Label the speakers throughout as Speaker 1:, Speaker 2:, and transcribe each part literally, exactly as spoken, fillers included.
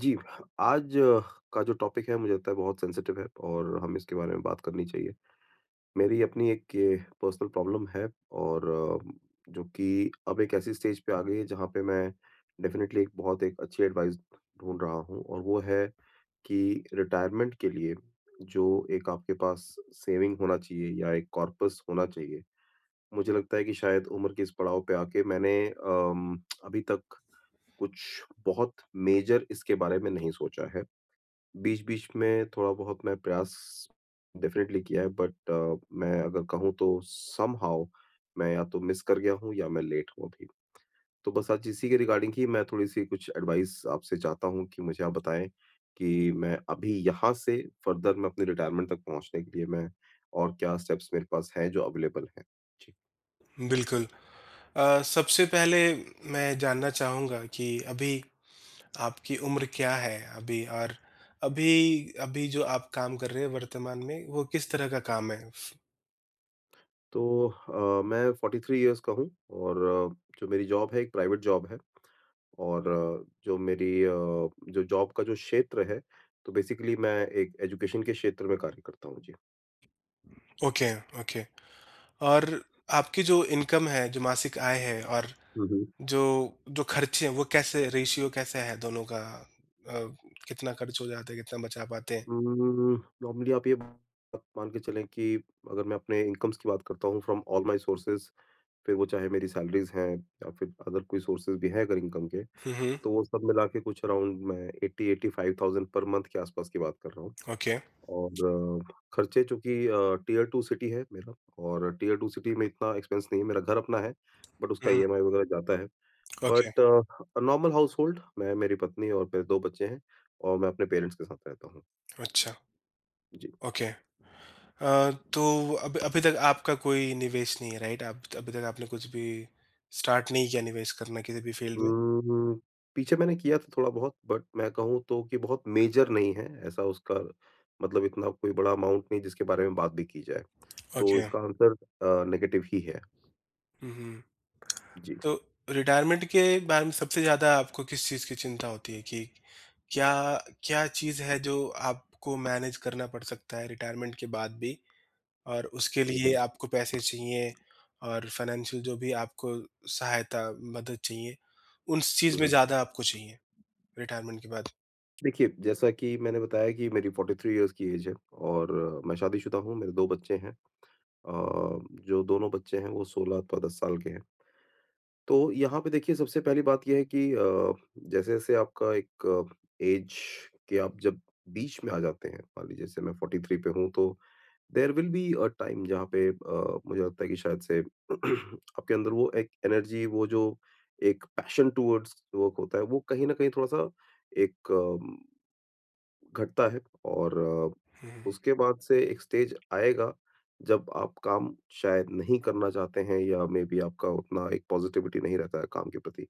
Speaker 1: जी, आज अ, का जो टॉपिक है मुझे लगता है बहुत सेंसिटिव है और हमें इसके बारे में बात करनी चाहिए। मेरी अपनी एक ये पर्सनल प्रॉब्लम है और अ, जो कि अब एक ऐसी स्टेज पे आ गई है जहाँ पे मैं डेफ़िनेटली एक बहुत एक अच्छी एडवाइस ढूँढ रहा हूँ और वो है कि रिटायरमेंट के लिए जो एक आपके पास सेविंग होना चाहिए या एक कॉर्पस होना चाहिए। मुझे लगता है कि शायद उम्र के इस पड़ाव पे आके मैंने अम, अभी तक कुछ बहुत मेजर इसके बारे में नहीं सोचा है। बीच-बीच में थोड़ा-बहुत मैं प्रयास डेफ़िनेटली किया है बट अ, मैं अगर कहूँ तो समहाउ मैं या तो मिस कर गया हूँ या मैं लेट हूँ अभी। तो बस आज इसी के रिगार्डिंग ही मैं थोड़ी-सी कुछ एडवाइस आपसे चाहता हूँ कि मुझे आप बताएँ कि मैं अभी यहाँ से फ़र्दर मैं अपनी रिटायरमेंट तक पहुँचने के लिए मैं और क्या स्टेप्स मेरे पास हैं जो अवेलेबल हैं? जी।
Speaker 2: बिल्कुल। अ, सबसे पहले मैं जानना चाहूँगा कि अभी आपकी उम्र क्या है अभी? और अभी अभी जो आप काम कर रहे हैं वर्तमान में, वो किस तरह का काम है?
Speaker 1: तो अ, मैं फ़ोर्टी थ्री इयर्स का हूँ और अ, जो मेरी जॉब है एक प्राइवेट जॉब है। और अ, जो मेरी अ, जो जॉब का जो क्षेत्र है, तो बेसिकली मैं एक एजुकेशन के क्षेत्र में कार्य करता हूँ। जी।
Speaker 2: Okay, okay. और आपकी जो इनकम है, जो मासिक आय है, और
Speaker 1: हुँ, हुँ।
Speaker 2: जो जो खर्चे हैं, वो कैसे, रेशियो कैसा है दोनों का? अ, कितना खर्च हो जाता है, कितना बचा पाते हैं?
Speaker 1: उम, नॉर्मली आप ये बात मान के चलें कि अगर मैं अपने इनकम्स की बात करता हूँ फ्रॉम ऑल माय सोर्सेज़, फिर वो चाहे मेरी सैलरीज़ हैं या फिर अदर कोई सोर्सेज़ भी हैं अगर इनकम के,
Speaker 2: हुँ, हुँ।
Speaker 1: तो वो सब मिला के कुछ अराउंड मैं एटी एटी फ़ाइव थाउज़ेंड पर मंथ के आस-पास की बात कर रहा हूँ।
Speaker 2: ओके।
Speaker 1: और अ, खर्चे चूँकि अ, टियर टू सिटी है मेरा और टियर टू सिटी में इतना एक्सपेंस नहीं है, मेरा घर अपना है, बट उसका
Speaker 2: हुँ,
Speaker 1: ई एम आई वगैरह जाता है।
Speaker 2: Okay.
Speaker 1: But uh, normal household मैं, मेरी पत्नी और मेरे दो बच्चे हैं और मैं अपने पेरेंट्स के साथ रहता हूँ।
Speaker 2: अच्छा,
Speaker 1: जी।
Speaker 2: ओके। अ, तो अभी अभी तक आपका कोई निवेश नहीं है, राइट? आप अभी तक आपने कुछ भी स्टार्ट नहीं किया निवेश करना किसी भी फील्ड में?
Speaker 1: उम, पीछे मैंने किया था थोड़ा बहुत बट मैं कहूँ तो कि बहुत मेजर नहीं है, ऐसा उसका मतलब इतना कोई बड़ा अमाउंट नहीं जिसके बारे में बात भी की जाए। तो
Speaker 2: ओके।
Speaker 1: इसका आंसर अ, नेगेटिव ही है।
Speaker 2: हुँ, हुँ।
Speaker 1: जी।
Speaker 2: तो रिटायरमेंट के बारे में सबसे ज़्यादा आपको किस चीज़ की चिंता होती है कि क्या क्या चीज़ है जो आपको मैनेज करना पड़ सकता है रिटायरमेंट के बाद भी, और उसके
Speaker 1: हुँ,
Speaker 2: लिए
Speaker 1: हुँ।
Speaker 2: आपको पैसे चाहिए, और फाइनेंशियल जो भी आपको सहायता, मदद चाहिए, उस चीज़
Speaker 1: हुँ,
Speaker 2: में
Speaker 1: हुँ।
Speaker 2: ज़्यादा आपको चाहिए रिटायरमेंट के बाद?
Speaker 1: देखिए, जैसा कि मैंने बताया कि मेरी फ़ोर्टी थ्री इयर्स की एज है और अ, मैं शादीशुदा हूँ, मेरे दो बच्चे हैं। अ, जो दोनों बच्चे हैं वो सोलह अथवा दस साल के हैं। तो यहाँ पे देखिए सबसे पहली बात ये है कि अ, जैसे-जैसे आपका एक एज के आप जब बीच में आ जाते हैं, मान लीजिए जैसे मैं फ़ोर्टी थ्री पे हूँ तो there will be a time जहाँ पे अ, मुझे लगता है कि शायद से आपके अंदर वो एक एनर्जी वो जो एक पैशन टुवर्ड्स वर्क होता है, वो कहीं न कहीं थोड़ा-सा एक घटता है और अ,
Speaker 2: हुँ, हुँ।
Speaker 1: उसके बाद से एक स्टेज आएगा जब आप काम शायद नहीं करना चाहते हैं या मे बी आपका उतना एक पॉजिटिविटी नहीं रहता है काम के प्रति।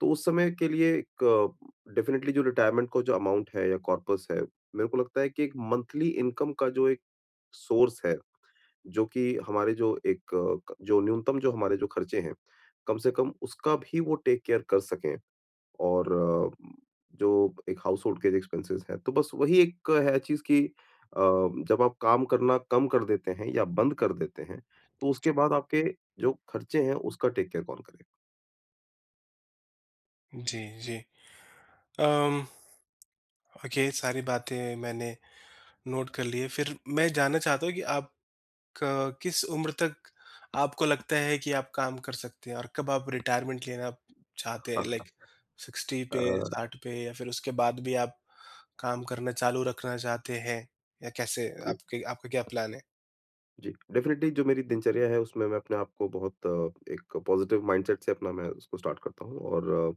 Speaker 1: तो उस समय के लिए एक अ, डेफिनिटली जो रिटायरमेंट का जो अमाउंट है या कॉर्पस है, मेरे को लगता है कि एक मंथली इनकम का जो एक सोर्स है, जो कि हमारे जो एक अ, क जो न्यूनतम जो हमारे जो खर्चे हैं, कम से कम उसका भी वो टेक केयर कर सकें। और अ, जो एक हाउसहोल्ड के जो एक्सपेंसेस हैं, तो बस वही एक है चीज़ कि अ, जब आप काम करना कम कर देते हैं या बंद कर देते हैं, तो उसके बाद आपके जो खर्चे हैं, उसका टेक केयर कौन करेगा?
Speaker 2: जी, जी। अम ओके, ये सारी बातें मैंने नोट कर ली है। फिर मैं जानना चाहता हूँ कि आप क किस उम्र तक आपको लगता है कि आप काम कर सकते हैं और कब आप रिटायरमेंट लेना चाहते हैं? लाइक 60 पे,
Speaker 1: अ,
Speaker 2: सिक्सटी पे या फिर उसके बाद भी आप काम करना चालू रखना चाहते हैं? या कैसे
Speaker 1: जी,
Speaker 2: आपके आपका क्या प्लान है?
Speaker 1: जी। डेफ़िनिटली जो मेरी दिनचर्या है, उसमें मैं अपने आप को बहुत अ, एक पॉज़िटिव माइंडसेट से अपना मैं उसको स्टार्ट करता हूँ और अ,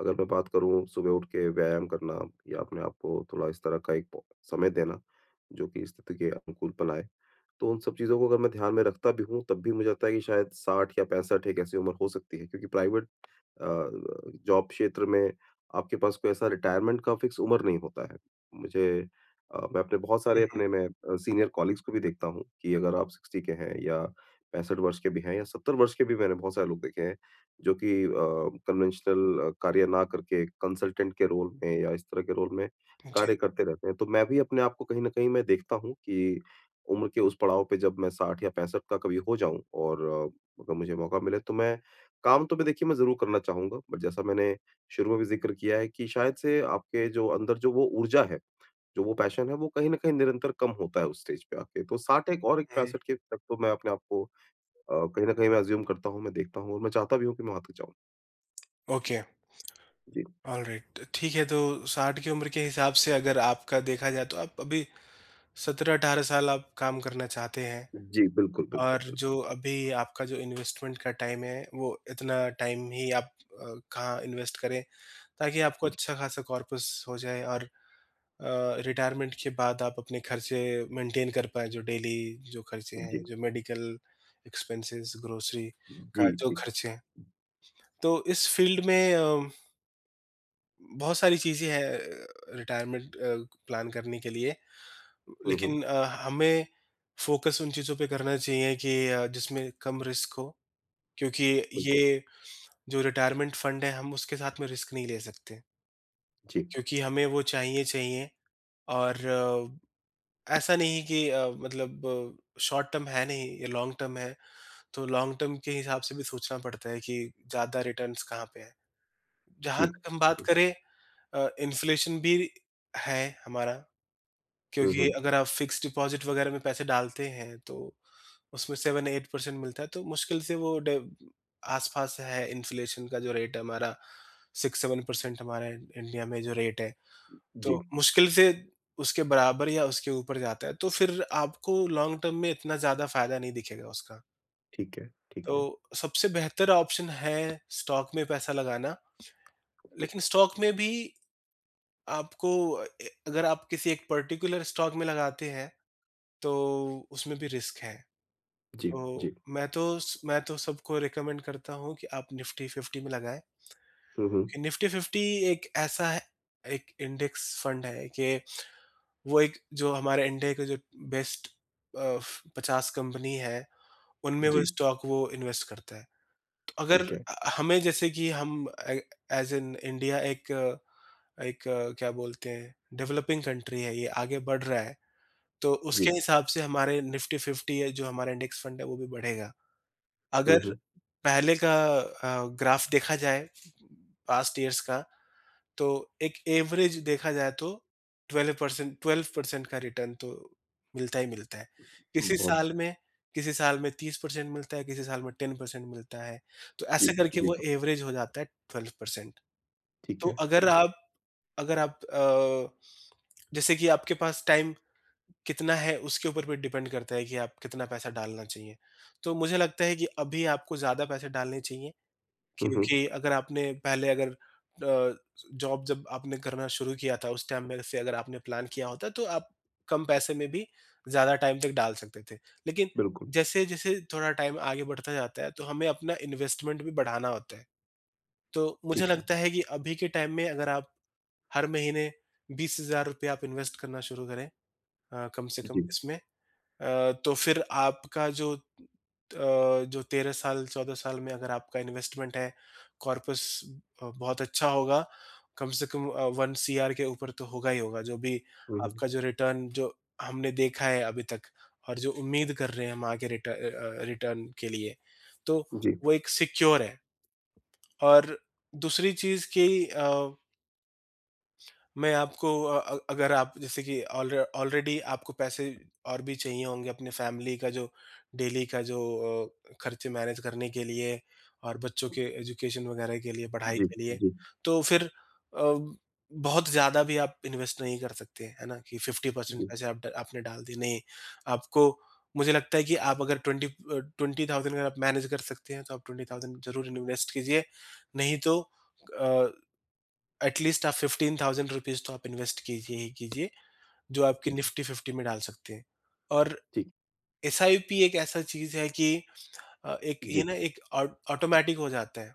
Speaker 1: अगर मैं बात करूँ सुबह उठ के व्यायाम करना या अपने आप को थोड़ा इस तरह का एक प समय देना, जो कि स्थिति के अनुकूल बनाए। तो उन सब चीज़ों को अगर मैं ध्यान में रखता भी हूँ, तब भी मुझे लगता है कि शायद साठ या पैंसठ एक ऐसी उम्र हो सकती है क्योंकि प्राइवेट अ, जॉब क्षेत्र में आपके पास कोई ऐसा रिटायरमेंट का फ़िक्स उम्र नहीं होता है। मुझे अ, मैं अपने बहुत सारे
Speaker 2: हुँ, हुँ।
Speaker 1: अपने मैं अ, सीनियर कॉलीग्स को भी देखता हूँ कि अगर आप सिक्सटी के हैं या पैंसठ वर्ष के भी हैं या सत्तर वर्ष के भी मैंने बहुत सारे लोग देखे हैं, जो कि अ, कन्वेंशनल कार्य ना करके कंसल्टेंट के रोल में या इस तरह के रोल में
Speaker 2: जी।
Speaker 1: कार्य करते रहते हैं। तो मैं भी अपने आप को कहीं न कहीं मैं देखता हूँ कि उम्र के उस पड़ाव पे जब मैं साठ या पैंसठ का कभी हो जाऊँ और अ, अगर मुझे मौका मिले तो मैं काम तो मैं देखिए मैं ज़रूर करना चाहूँगा। बट जैसा मैंने शुरू में भी ज़िक्र किया है कि शायद से आपके जो अंदर जो वो ऊर्जा है, जो वो पैशन है, वो कहीं न कहीं निरंतर कम होता है उस स्टेज पे आके। तो साठ एक और एक
Speaker 2: हुँ,
Speaker 1: पैंसठ के तक तो मैं अपने आप को अ, कहीं न कहीं मैं अज़्यूम करता हूँ, मैं देखता हूँ और मैं चाहता भी हूँ कि मैं वहाँ तक जाऊँ।
Speaker 2: ओके,
Speaker 1: जी।
Speaker 2: ऑलराइट। ठीक है, तो साठ की उम्र के हिसाब से अगर आपका देखा जाए तो आप अभी सत्रह अठारह साल आप काम करना चाहते हैं।
Speaker 1: जी, बिल्कुल, बिल्कुल,
Speaker 2: और
Speaker 1: बिल्कुल।
Speaker 2: जो अभी आपका जो इन्वेस्टमेंट का टाइम है, वो इतना टाइम ही आप अ, कहाँ इन्वेस्ट करें, ताकि आपको
Speaker 1: जी,
Speaker 2: अच्छा खासा कॉर्पस हो जाए और अ, रिटायरमेंट के बाद आप अपने खर्चे मेंटेन कर पाएँ, जो डेली जो खर्चे हैं,
Speaker 1: जी,
Speaker 2: जो मेडिकल एक्सपेंसेस, ग्रोसरी
Speaker 1: जी,
Speaker 2: का जो
Speaker 1: जी।
Speaker 2: खर्चे हैं। तो इस फील्ड में अ, बहुत सारी चीज़ें हैं रिटायरमेंट अ, प्लान करने के लिए,
Speaker 1: हुँ,
Speaker 2: लेकिन
Speaker 1: हुँ।
Speaker 2: अ, हमें फ़ोकस उन चीज़ों पे करना चाहिए कि अ, जिसमें कम रिस्क हो, क्योंकि
Speaker 1: बिल्कुल।
Speaker 2: ये जो रिटायरमेंट फंड है, हम उसके साथ में रिस्क नहीं ले सकते,
Speaker 1: जी,
Speaker 2: क्योंकि हमें वो चाहिए चाहिए, और अ, ऐसा नहीं कि अ, मतलब, शॉर्ट टर्म है नहीं, ये लॉन्ग टर्म है, तो लॉन्ग टर्म के हिसाब से भी सोचना पड़ता है कि ज्यादा रिटर्न्स कहाँ पे है, जहां
Speaker 1: जी,
Speaker 2: तक हम बात
Speaker 1: जी।
Speaker 2: करें, इन्फ्लेशन भी है हमारा,
Speaker 1: हुँ,
Speaker 2: क्योंकि
Speaker 1: हुँ।
Speaker 2: अगर आप फ़िक्स्ड डिपॉज़िट वग़ैरह में पैसे डालते हैं, तो उसमें सेवन-एट परसेंट मिलता है, तो मुश्किल से वो डे आस-पास है इन्फ्लेशन का जो रेट है हमारा, सिक्स-सेवन परसेंट हमारे इंडिया में जो रेट है,
Speaker 1: जी,
Speaker 2: तो मुश्किल से उसके बराबर या उसके ऊपर जाता है, तो फिर आपको लॉन्ग टर्म में इतना ज़्यादा फ़ायदा नहीं दिखेगा उसका।
Speaker 1: ठीक है, ठीक
Speaker 2: तो
Speaker 1: है।
Speaker 2: सबसे बेहतर ऑप्शन है स्टॉक में पैसा लगाना,
Speaker 1: ओके,
Speaker 2: लेकिन स्टॉक में भी आपको अ, अगर आप किसी एक पर्टिकुलर स्टॉक में लगाते हैं तो उसमें भी रिस्क है।
Speaker 1: जी,
Speaker 2: तो
Speaker 1: जी।
Speaker 2: मैं तो स मैं तो सबको रिकमेंड करता हूँ कि आप निफ्टी फ़िफ्टी में लगाएँ।
Speaker 1: हुँ, हुँ।
Speaker 2: कि निफ्टी फ़िफ्टी एक ऐसा है, एक इंडेक्स फंड है, कि वो एक जो हमारे इंडिया के जो बेस्ट अ, पचास कंपनी है, उनमें वो
Speaker 1: जी,
Speaker 2: स्टॉक वो इन्वेस्ट करता है। तो अगर
Speaker 1: ठीक है।
Speaker 2: अ, हमें, जैसे कि हम ए एज़ इन इंडिया, एक अ, एक अ, क्या बोलते हैं, डेवलपिंग कंट्री है, ये आगे बढ़ रहा है। तो
Speaker 1: जी।
Speaker 2: उसके हिसाब से हमारे निफ्टी फ़िफ्टी है, जो हमारा इंडेक्स फंड है, वो भी बढ़ेगा।
Speaker 1: हुँ,
Speaker 2: अगर
Speaker 1: हुँ।
Speaker 2: पहले का अ, ग्राफ देखा जाए पास्ट ईयर्स का, तो एक एवरेज देखा जाए तो ट्वेल्व परसेंट ट्वेल्व परसेंट का रिटर्न तो मिलता ही मिलता है। किसी
Speaker 1: बहुत अच्छा।
Speaker 2: साल में किसी साल में तीस परसेंट मिलता है, किसी साल में टेन परसेंट मिलता है। तो
Speaker 1: जी,
Speaker 2: ऐसे करके
Speaker 1: जी।
Speaker 2: वो एवरेज हो जाता है ट्वेल्व परसेंट।
Speaker 1: ठीक
Speaker 2: तो
Speaker 1: है,
Speaker 2: अगर
Speaker 1: ठीक है।
Speaker 2: आप अगर आप अ, जैसे कि आपके पास टाइम कितना है उसके ऊपर भी डिपेंड करता है कि आप कितना पैसा डालना चाहिए। तो मुझे लगता है कि अभी आपको ज़्यादा पैसे डालने चाहिए।
Speaker 1: हुँ, हुँ।
Speaker 2: क्योंकि अगर आपने पहले अगर अ, जॉब जब आपने करना शुरू किया था उस टाइम में से अगर आपने प्लान किया होता तो आप कम पैसे में भी ज़्यादा टाइम तक डाल सकते थे। लेकिन
Speaker 1: बिल्कुल,
Speaker 2: जैसे-जैसे थोड़ा टाइम आगे बढ़ता जाता है तो हमें अपना इन्वेस्टमेंट भी बढ़ाना होता है। तो मुझे
Speaker 1: ठीक है।
Speaker 2: लगता है कि अभी के टाइम में अगर आप हर महीने ₹बीस हज़ार आप इन्वेस्ट करना शुरू करें, अ, कम से
Speaker 1: जी।
Speaker 2: कम इसमें, अ, तो फिर आपका जो अ, जो तेरह साल चौदह साल में अगर आपका इन्वेस्टमेंट है, कॉर्पस अ, बहुत अच्छा होगा। कम से कम अ, एक सी आर के ऊपर तो होगा ही होगा, जो भी
Speaker 1: हुँ, हुँ।
Speaker 2: आपका जो रिटर्न जो हमने देखा है अभी तक और जो उम्मीद कर रहे हैं हम आगे रिट अ अ, रिटर्न के लिए, तो
Speaker 1: जी।
Speaker 2: वो एक सिक्योर है। और दूसरी चीज़ कि अ मैं आपको अ अ, अगर आप, जैसे कि ऑल ऑलरेडी आपको पैसे और भी चाहिए होंगे अपने फैमिली का जो डेली का जो अ, खर्चे मैनेज करने के लिए, और बच्चों के एजुकेशन वगैरह के लिए, पढ़ाई, जी,
Speaker 1: जी,
Speaker 2: के लिए,
Speaker 1: जी,
Speaker 2: तो फिर अ, बहुत ज़्यादा भी आप इन्वेस्ट नहीं कर सकते, है ना? कि फ़िफ्टी परसेंट
Speaker 1: जी।
Speaker 2: पैसे आप ड आपने डाल दिए, नहीं। आपको मुझे लगता है कि आप अगर बीस अ, ट्वेंटी थाउज़ेंड अगर आप मैनेज कर सकते हैं, तो आप ट्वेंटी थाउज़ेंड ज़रूर इन्वेस्ट कीजिए, नहीं तो अ एटलीस्ट आप फिफ्टीन थाउज़ेंड रुपीज़ तो आप इन्वेस्ट कीजिए ही कीजिए, जो आपके
Speaker 1: ठीक है,
Speaker 2: निफ्टी फ़िफ्टी में डाल सकते हैं। और
Speaker 1: ठीक।
Speaker 2: एस आई पी एक ऐसा चीज़ है कि अ, एक ये
Speaker 1: जी।
Speaker 2: ना एक ऑ ऑटोमैटिक हो जाता है।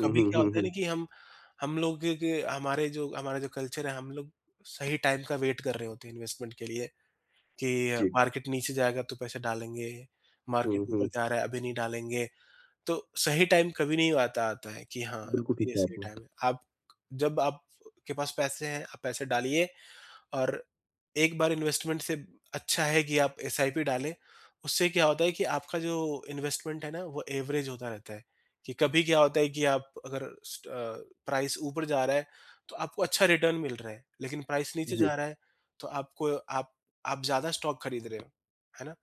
Speaker 1: हुँ, हुँ,
Speaker 2: क्या
Speaker 1: हुँ,
Speaker 2: होता है ना
Speaker 1: हुँ।
Speaker 2: कि हम हम लोग के के हमारे जो हमारा जो कल्चर है, हम लोग सही टाइम का वेट कर रहे होते हैं इन्वेस्टमेंट के लिए, कि
Speaker 1: जी।
Speaker 2: मार्केट नीचे जाएगा तो पैसे डालेंगे, मार्केट
Speaker 1: हुँ,
Speaker 2: ऊपर
Speaker 1: हुँ।
Speaker 2: जा रहा है अभी नहीं डालेंगे। तो सही टाइम कभी नहीं आता आता है कि हाँ,
Speaker 1: बिल्कुल ठीक
Speaker 2: ये
Speaker 1: कहा
Speaker 2: सही
Speaker 1: आपने।
Speaker 2: टाइम है। आप जब आपके पास पैसे हैं, आप पैसे डालिए, और एक बार इन्वेस्टमेंट से अच्छा है कि आप एस आई पी डालें। उससे क्या होता है कि आपका जो इन्वेस्टमेंट है ना, वो एवरेज होता रहता है, कि कभी क्या होता है कि आप अगर स्ट अ, प्राइस ऊपर जा रहा है, तो आपको अच्छा रिटर्न मिल रहा है, लेकिन प्राइस नीचे
Speaker 1: जी,
Speaker 2: जा रहा है, तो आपको आप आप ज़्यादा स्टॉक खरीद रहे हो, है ना?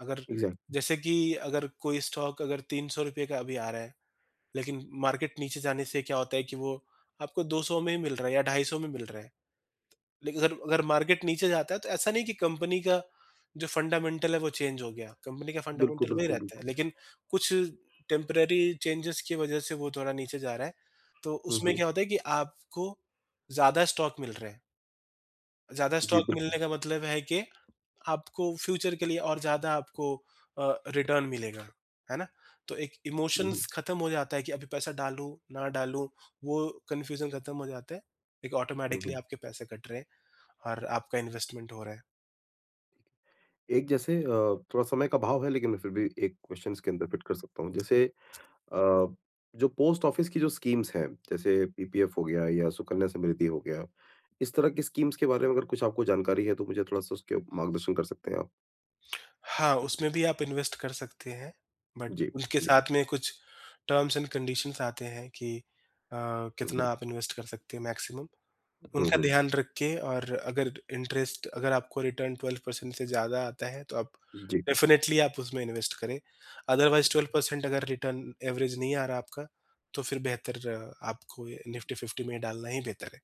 Speaker 2: अगर
Speaker 1: एग्ज़ैक्टली।
Speaker 2: जैसे कि अगर कोई स्टॉक अगर ₹तीन सौ का अभी आ रहा है, लेकिन मार्केट नीचे जाने से क्या होता है कि वो आपको दो सौ में ही मिल रहा है या ढाई सौ में मिल रहा है। लेकिन अगर अगर मार्केट नीचे जाता है तो ऐसा नहीं कि कंपनी का जो फंडामेंटल है वो चेंज हो गया, कंपनी का
Speaker 1: बिल्कुल,
Speaker 2: फंडामेंटल वही
Speaker 1: बिल्कुल,
Speaker 2: रहता है,
Speaker 1: बिल्कुल।
Speaker 2: लेकिन कुछ टेम्परेरी चेंजेस की वजह से वो थोड़ा नीचे जा रहा है। तो
Speaker 1: हुँ,
Speaker 2: उसमें
Speaker 1: हुँ।
Speaker 2: क्या होता है कि आपको ज़्यादा स्टॉक मिल रहे हैं, ज़्यादा
Speaker 1: जी,
Speaker 2: स्टॉक
Speaker 1: बिल्कुल।
Speaker 2: मिलने का मतलब है कि आपको फ्यूचर के लिए और ज़्यादा आपको अ, रिटर्न मिलेगा, है ना? तो एक
Speaker 1: हुँ, हुँ।
Speaker 2: इमोशंस खत्म हो जाता है कि अभी पैसा डालूँ, ना डालूँ, वो कन्फ्यूज़न खत्म हो जाता है। एक
Speaker 1: हुँ,
Speaker 2: ऑटोमैटिकली
Speaker 1: हुँ।
Speaker 2: आपके पैसे कट रहे हैं और आपका इन्वेस्टमेंट हो रहा है।
Speaker 1: एक जैसे अ, थोड़ा समय का अभाव है लेकिन मैं फिर भी एक क्वेश्चन इसके अंदर फिट कर सकता हूँ। जैसे अ, जो पोस्ट ऑफिस की जो स्कीम्स हैं, जैसे पी पी एफ हो गया या सुकन्या समृद्धि हो गया, इस तरह की स्कीम्स के बारे में अगर कुछ आपको जानकारी है, तो मुझे थोड़ा-सा उसके मार्गदर्शन कर सकते हैं आप?
Speaker 2: हाँ, उसमें भी आप इन्वेस्ट कर सकते हैं, बट
Speaker 1: जी,
Speaker 2: उसके
Speaker 1: जी।
Speaker 2: साथ में कुछ टर्म्स एंड कंडीशंस आते हैं कि अ,
Speaker 1: हुँ,
Speaker 2: कितना
Speaker 1: हुँ।
Speaker 2: आप इन्वेस्ट कर सकते हैं मैक्सिमम।
Speaker 1: हुँ,
Speaker 2: उनका
Speaker 1: हुँ।
Speaker 2: ध्यान रख के, और अगर इंटरेस्ट अगर आपको रिटर्न ट्वेल्व परसेंट से ज़्यादा आता है तो आप
Speaker 1: जी,
Speaker 2: डेफ़िनेटली आप उसमें इन्वेस्ट करें। अदरवाइज़ ट्वेल्व परसेंट अगर रिटर्न एवरेज नहीं आ रहा आपका, तो फिर बेहतर अ, आपको निफ़्टी फ़िफ्टी में डालना ही बेहतर है।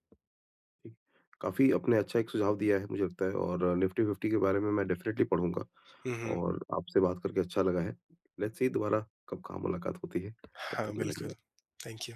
Speaker 1: जी। काफ़ी आपने अच्छा एक सुझाव दिया है मुझे लगता है और निफ्टी फ़िफ्टी के बारे में मैं डेफ़िनेटली पढ़ूँगा
Speaker 2: हुँ, हुँ।
Speaker 1: और आपसे बात करके अच्छा लगा है। लेट्स सी दोबारा कब कहाँ मुलाकात होती है, तब तक
Speaker 2: हाँ,
Speaker 1: के लिए
Speaker 2: बिल्कुल।
Speaker 1: धन्यवाद।
Speaker 2: Thank you.